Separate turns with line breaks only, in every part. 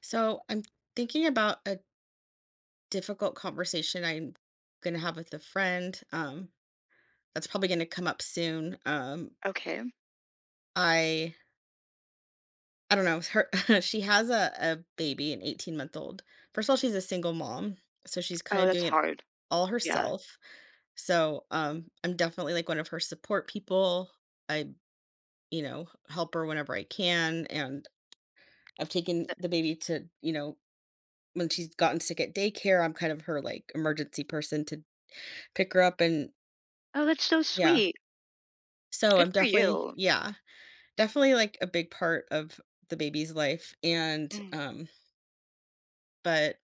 So I'm thinking about a difficult conversation I'm going to have with a friend. That's probably going to come up soon.
Okay.
I I don't know. Her She has a baby, an 18-month-old. First of all, she's a single mom, so she's kind
Oh,
of
that's
doing it
hard.
all
Yeah.
herself. So I'm definitely like one of her support people. I help her whenever I can, and I've taken
Th-
the baby to when she's gotten sick at daycare. I'm kind of her like emergency person to pick her up and
Oh, that's so
yeah.
sweet.
So
Good
I'm
for
definitely
you.
yeah, definitely like a big part of the baby's life and,
Mm.
but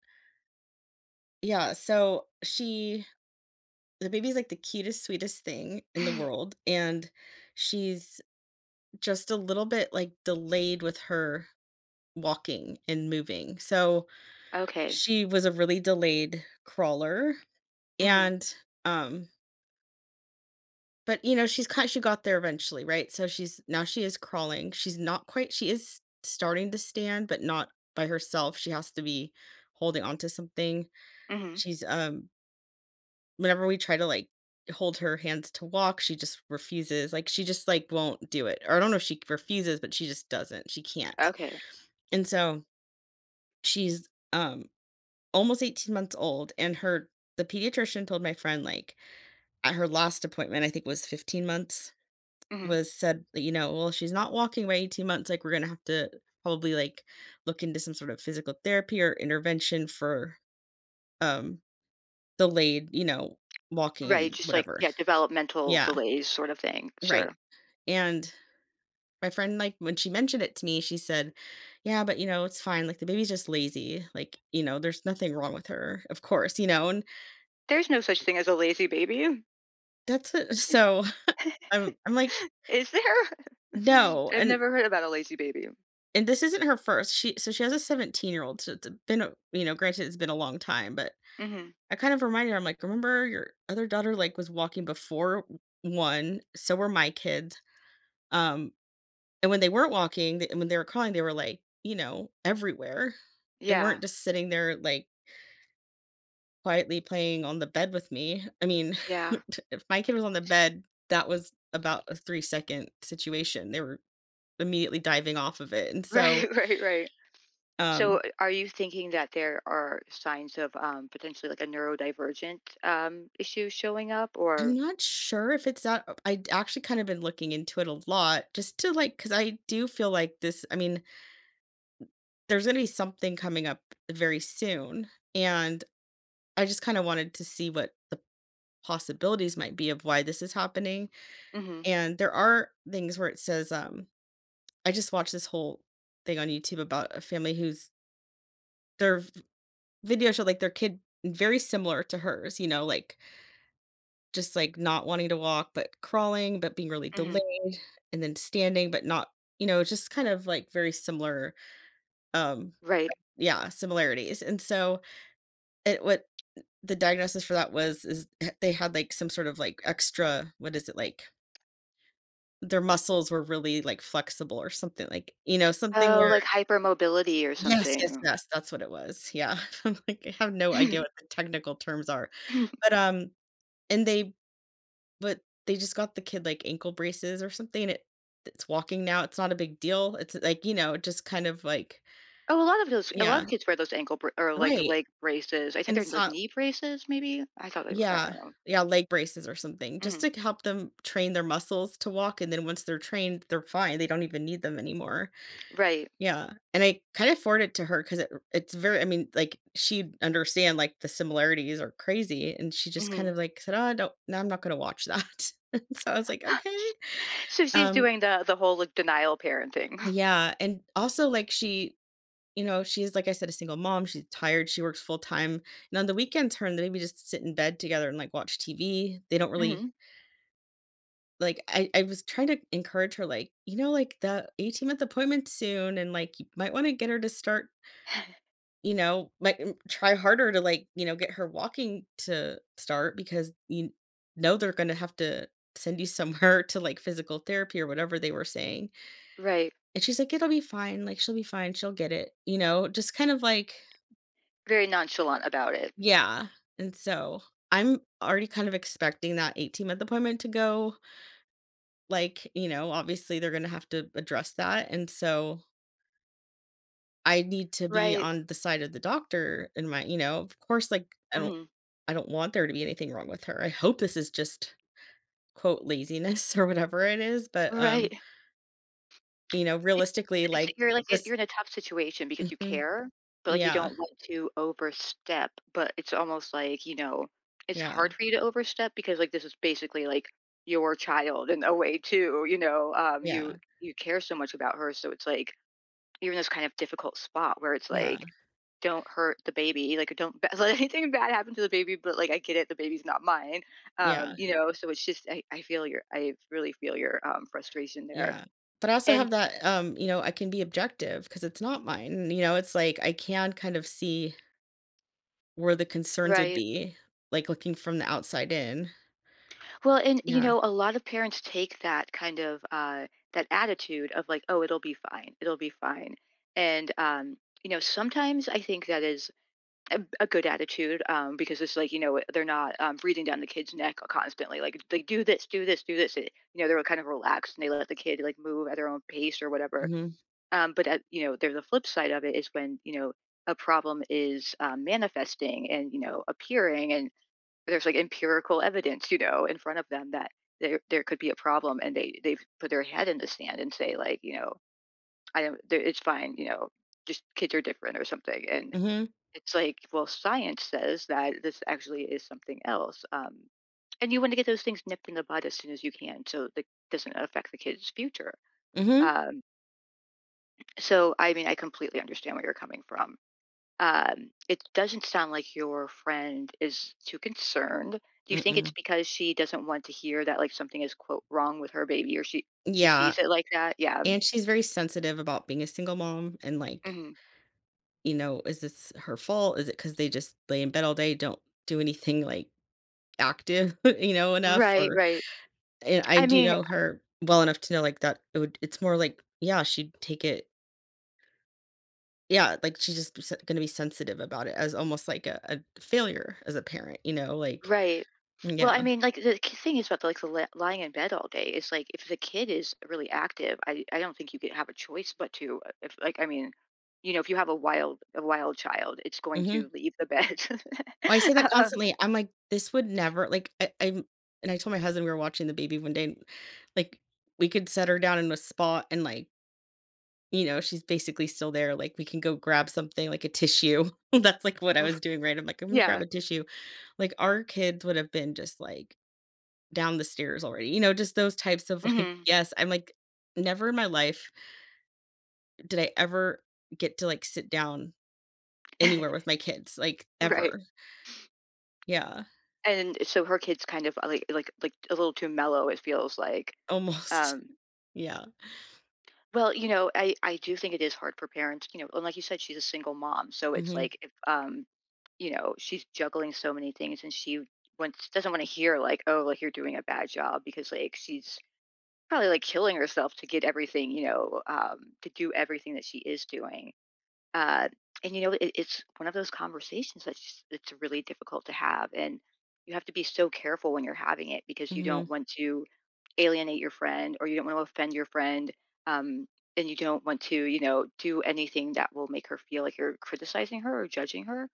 yeah, so she the baby's like the cutest, sweetest thing in the world, and she's just a little bit, like, delayed with her walking and moving. So
Okay.
she was a really delayed crawler
Mhm.
and, um but, you know, she got there eventually, right? So she's now she is crawling. She's not quite She is starting to stand, but not by herself. She has to be holding onto something.
Mhm.
She's, um Whenever we try to, like, hold her hands to walk, she just refuses. Like, she just, like, won't do it. Or I don't know if she refuses, but she just doesn't. She can't.
Okay.
And so she's, um, almost 18 months old, and her the pediatrician told my friend, like, at her last appointment, I think, was 15 months.
Mhm.
Was said that, you know, "Well, she's not walking by 18 months, like, we're gonna have to probably, like, look into some sort of physical therapy or intervention for, um, delayed, you know, walking
Right,
and
just like
whatever."
yeah, developmental
Yeah,
delays sort of thing.
right.
Sure.
And my friend, like, when she mentioned it to me, she said, "Yeah, but, you know, it's fine, like, the baby's just lazy, like, you know, there's nothing wrong with her, of course," you know, and
There's no such thing as a lazy baby.
that's it. So I'm I'm like,
Is there?
"No,"
I've
and
never heard about a lazy baby.
And this isn't her first. She has a 17-year-old, so it's been a you know, granted it's been a long time, but
Mhm.
I kind of reminded her, I'm like, "Remember your other daughter, like, was walking before 1, so were my kids." Um, and when they weren't walking, th when they were crawling, they were, like, you know, everywhere. They weren't
Yeah.
just sitting there, like, quietly playing on the bed with me. I mean,
Yeah.
if my kid was on the bed, that was about a 3-second situation. They were immediately diving off of it, and
Right,
so,
right, right. So
um
are you thinking that there are signs of potentially like a neurodivergent issue showing up
I'm
or
not sure if it's that. I actually kind of been looking into it a lot just to like because I do feel like this. I mean, there's going to be something coming up very soon. And I just kind of wanted to see what the possibilities might be of why this is happening.
Mhm.
And there are things where it says, I just watched this whole thing on YouTube about a family who's their v- video showed like their kid very similar to hers, you know, like just, like, not wanting to walk, but crawling, but being really
Hmm.
delayed, and then standing, but not you know, just kind of, like, very similar, um
Right.
yeah, similarities, and so, it what the diagnosis for that was is h they had, like, some sort of, like, extra what is it, like, their muscles were really, like, flexible or something, like you know, something
Oh,
where
like hypermobility or
yes, yes,
something.
yes, that's what it was, yeah. I'm like, I have no idea what the technical terms are,
Oh,
but, and they but they just got the kid, like, ankle braces or something, and it's walking now, it's not a big deal, it's, like, you know, just kind of like
a lot of those, a lot
yeah,
of kids wear those ankle br- or like
right,
leg braces. I think
and
they're
it's
like
not
knee braces, maybe. I thought they were. I
yeah,
don't know.
yeah, leg braces or something, just
Mhm.
to help them train their muscles to walk, and then once they're trained, they're fine, they don't even need them anymore.
Right.
Yeah, and I kind of forwarded it to her because it's very I mean, like, she'd understand, like, the similarities are crazy, and she just kind
Hmm.
of, like, said, "Oh, I don't no, I'm not gonna watch that." So I was like, "Okay."
So she's
Um
doing the whole like denial parenting.
Yeah, and also, like, she's, like I said, a single mom, she's tired, she works full time, and on the weekends, her and the baby just sit in bed together and, like, watch TV. They don't really
Hmm.
like, I was trying to encourage her, like, "You know, like, the 18-month appointment soon, and, like, you might wanna get her to start" you know, like, try harder to, like, you know, get her walking to start because you know they're gonna have to send you somewhere to, like, physical therapy or whatever they were saying.
Right.
And she's like, "It'll be fine, like, she'll be fine, she'll get it," you know, just kind of like
Very nonchalant about it.
yeah, and so, I'm already kind of expecting that 18-month appointment to go, like, you know, obviously they're gonna have to address that, and so, I need to be
Right.
on the side of the doctor in my you know, of course, like,
Hmm.
I don't want there to be anything wrong with her, I hope this is just, quote, "laziness" or whatever it is, but,
Right.
you know,
It's
realistically,
it's
like,
you're, like, you're
just
in a tough situation because you
mhm,
care, but, like, you
yeah,
don't want to overstep, but it's almost like, you know, it's
yeah,
hard for you to overstep because, like, this is basically, like, your child in a way too, you know, you
yeah,
you care so much about her, so it's like you're in this kind of difficult spot where it's
yeah,
like, "Don't hurt the baby," like, "Don't b let anything bad happen to the baby," but, like, I get it, the baby's not mine,
yeah.
you know, so it's just I feel your I really feel your, frustration there,
Yeah. But I also
and
have that, you know, I can be objective because it's not mine. You know, it's like I can kind of see where the concerns would
right.
be, like looking from the outside in.
Well, and you
Yeah.
know, a lot of parents take that kind of that attitude of like, "Oh, it'll be fine. It'll be fine." And you know, sometimes I think that is a good attitude because it's like you know they're not breathing down the kid's neck constantly. Like they do this, do this, do this. It, you know, they're kind of relaxed and they let the kid like move at their own pace or whatever.
Mm.
But you know, there's the flip side of it is when you know a problem is manifesting and you know appearing and there's, like, empirical evidence, you know, in front of them that there could be a problem, and they they've put their head in the sand and say, like, you know, "I don't there it's fine," you know, "Just kids are different," or something, and
Mhm.
it's like, well, science says that this actually is something else, and you wanna get those things nipped in the bud as soon as you can so that doesn't affect the kid's future,
Mhm. Mhm.
um, so, I mean, I completely understand where you're coming from. It doesn't sound like your friend is too concerned. Do you think it's
Mm-mm.
because she doesn't want to hear that like something is quote wrong with her baby or she
Yeah.
sees it like that? Yeah.
And she's very sensitive about being a single mom and like,
Hmm.
you know, is this her fault? Is it because they just lay in bed all day, don't do anything like active, you know, enough?
Right,
Or
right.
and I
I
do
mean,
know her well enough to know like that it would it's more like, yeah, she'd take it yeah, like, she's just s gonna be sensitive about it as almost like a failure as a parent, you know, like
right. Well, I
yeah,
mean, like the k- thing is about like the li- lying in bed all day is like if the kid is really active, I don't think you could have a choice but to if like I mean, you know, if you have a wild child, it's going to
mhm.
leave the bed.
I say that
Uh,
constantly, I'm like, "This would never" like, I'm and I told my husband we were watching the baby one day, and, like, we could set her down in a spot and, like, you know, she's basically still there, like, we can go grab something, like a tissue. That's, like, what I was doing, right? I'm like, "I'm gonna grab
yeah.
a tissue." Like, our kids would have been just, like, down the stairs already, you know, just those types of, like
Hmm.
yes, I'm like, "Never in my life." Did I ever get to, like, sit down anywhere with my kids, like,
Right.
ever. Yeah,
And so her kid's kind of like a little too mellow, it feels like.
almost.
Um,
Yeah.
well, you know, I do think it is hard for parents, you know, and like you said, she's a single mom, so it's
Mhm,
like if you know, she's juggling so many things, and she wants doesn't want to hear like, oh, like you're doing a bad job because like she's probably like killing herself to get everything, you know, to do everything that she is doing. Uh, and you know, it, it's one of those conversations that's just, it's really difficult to have, and you have to be so careful when you're having it because you
mhm,
don't want to alienate your friend or you don't want to offend your friend, um, and you don't want to, you know, do anything that will make her feel like you're criticizing her or judging her.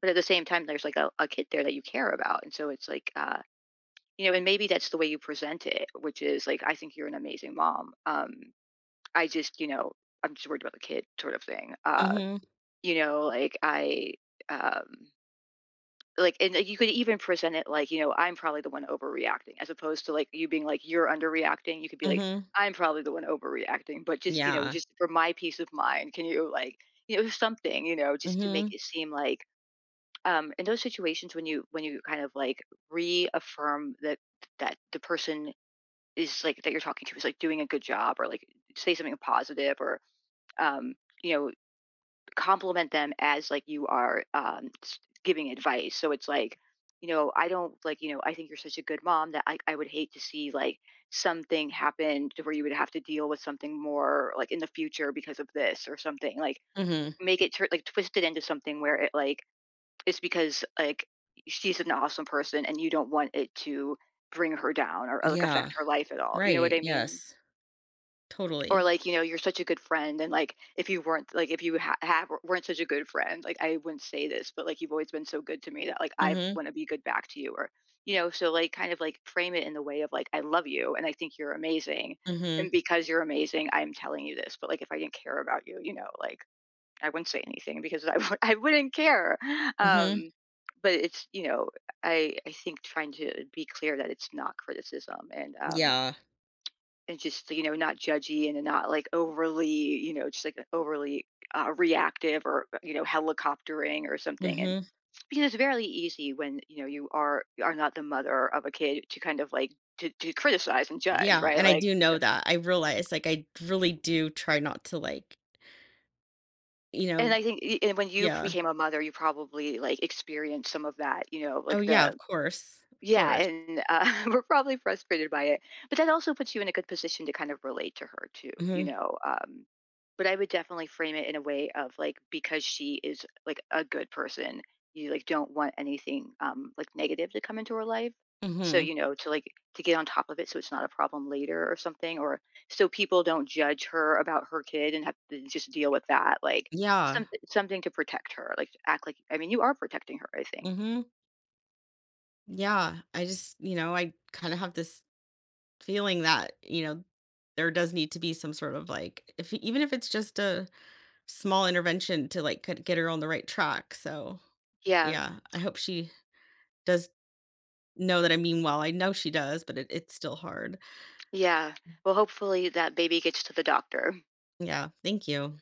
But at the same time, there's like a kid there that you care about, and so it's like, you know, and maybe that's the way you present it, which is like, I think you're an amazing mom. I just, you know, I'm just worried about the kid, sort of thing.
mhm,
You know, like I um like and like, you could even present it like, you know, I'm probably the one overreacting as opposed to like you being like you're underreacting. You could be like,
mhm.
I'm probably the one overreacting, but just, you know,
Yeah.
just for my peace of mind, can you like, you know, something, you know, just to make
Mhm,
it seem like in those situations when you kind of like reaffirm that that the person is like that you're talking to is like doing a good job or like say something positive or um you know compliment them as like you are giving advice. So it's like, you know, I don't like, you know, I think you're such a good mom that I would hate to see like something happen to where you would have to deal with something more like in the future because of this or something. Like
mhm.
make it tur like twist it into something where it like it's because like she's an awesome person and you don't want it to bring her down or like
Yeah.
affect her life at all. You know what
Right,
I mean?
yes,
Or
totally.
like, you know, you're such a good friend, and like, if you weren't like, if you ha- have weren't such a good friend, like, I wouldn't say this, but like, you've always been so good to me that like, I
Mhm,
want to be good back to you, or you know, so like, kind of like frame it in the way of like, I love you, and I think you're amazing,
mhm,
and because you're amazing, I'm telling you this. But like, if I didn't care about you, you know, like, I wouldn't say anything because I w- I wouldn't care.
mhm.
Um, but it's you know, I think trying to be clear that it's not criticism,
Yeah.
and just you know not judgy and not like overly you know just like overly reactive or you know helicoptering or something and
Mhm.
because it's very easy when you know you are not the mother of a kid to kind of like to criticize and judge
Yeah,
right
and I
like
do know that. I realize, like, I really do try not to, like, you
and
know
I think y- and when you
yeah.
became a mother you probably like experienced some of that you know
Oh,
like
yeah,
the
of course, of
Yeah,
course.
and we're probably frustrated by it, but that also puts you in a good position to kind of relate to her too, you
Mhm,
know. But I would definitely frame it in a way of like because she is like a good person, you like don't want anything like negative to come into her life. So
mhm.
you know to like to get on top of it so it's not a problem later or something, or so people don't judge her about her kid and have to just deal with that. Like
Yeah.
something something to protect her, like act like I mean you are protecting her, I think.
Mhm. Yeah, I just, you know, I kind of have this feeling that, you know, there does need to be some sort of like, if even if it's just a small intervention to like get her on the right track. So,
Yeah.
yeah, I hope she does know that I mean well. I know she does, but it's still hard.
Yeah. Well, hopefully that baby gets to the doctor.
Yeah, thank you.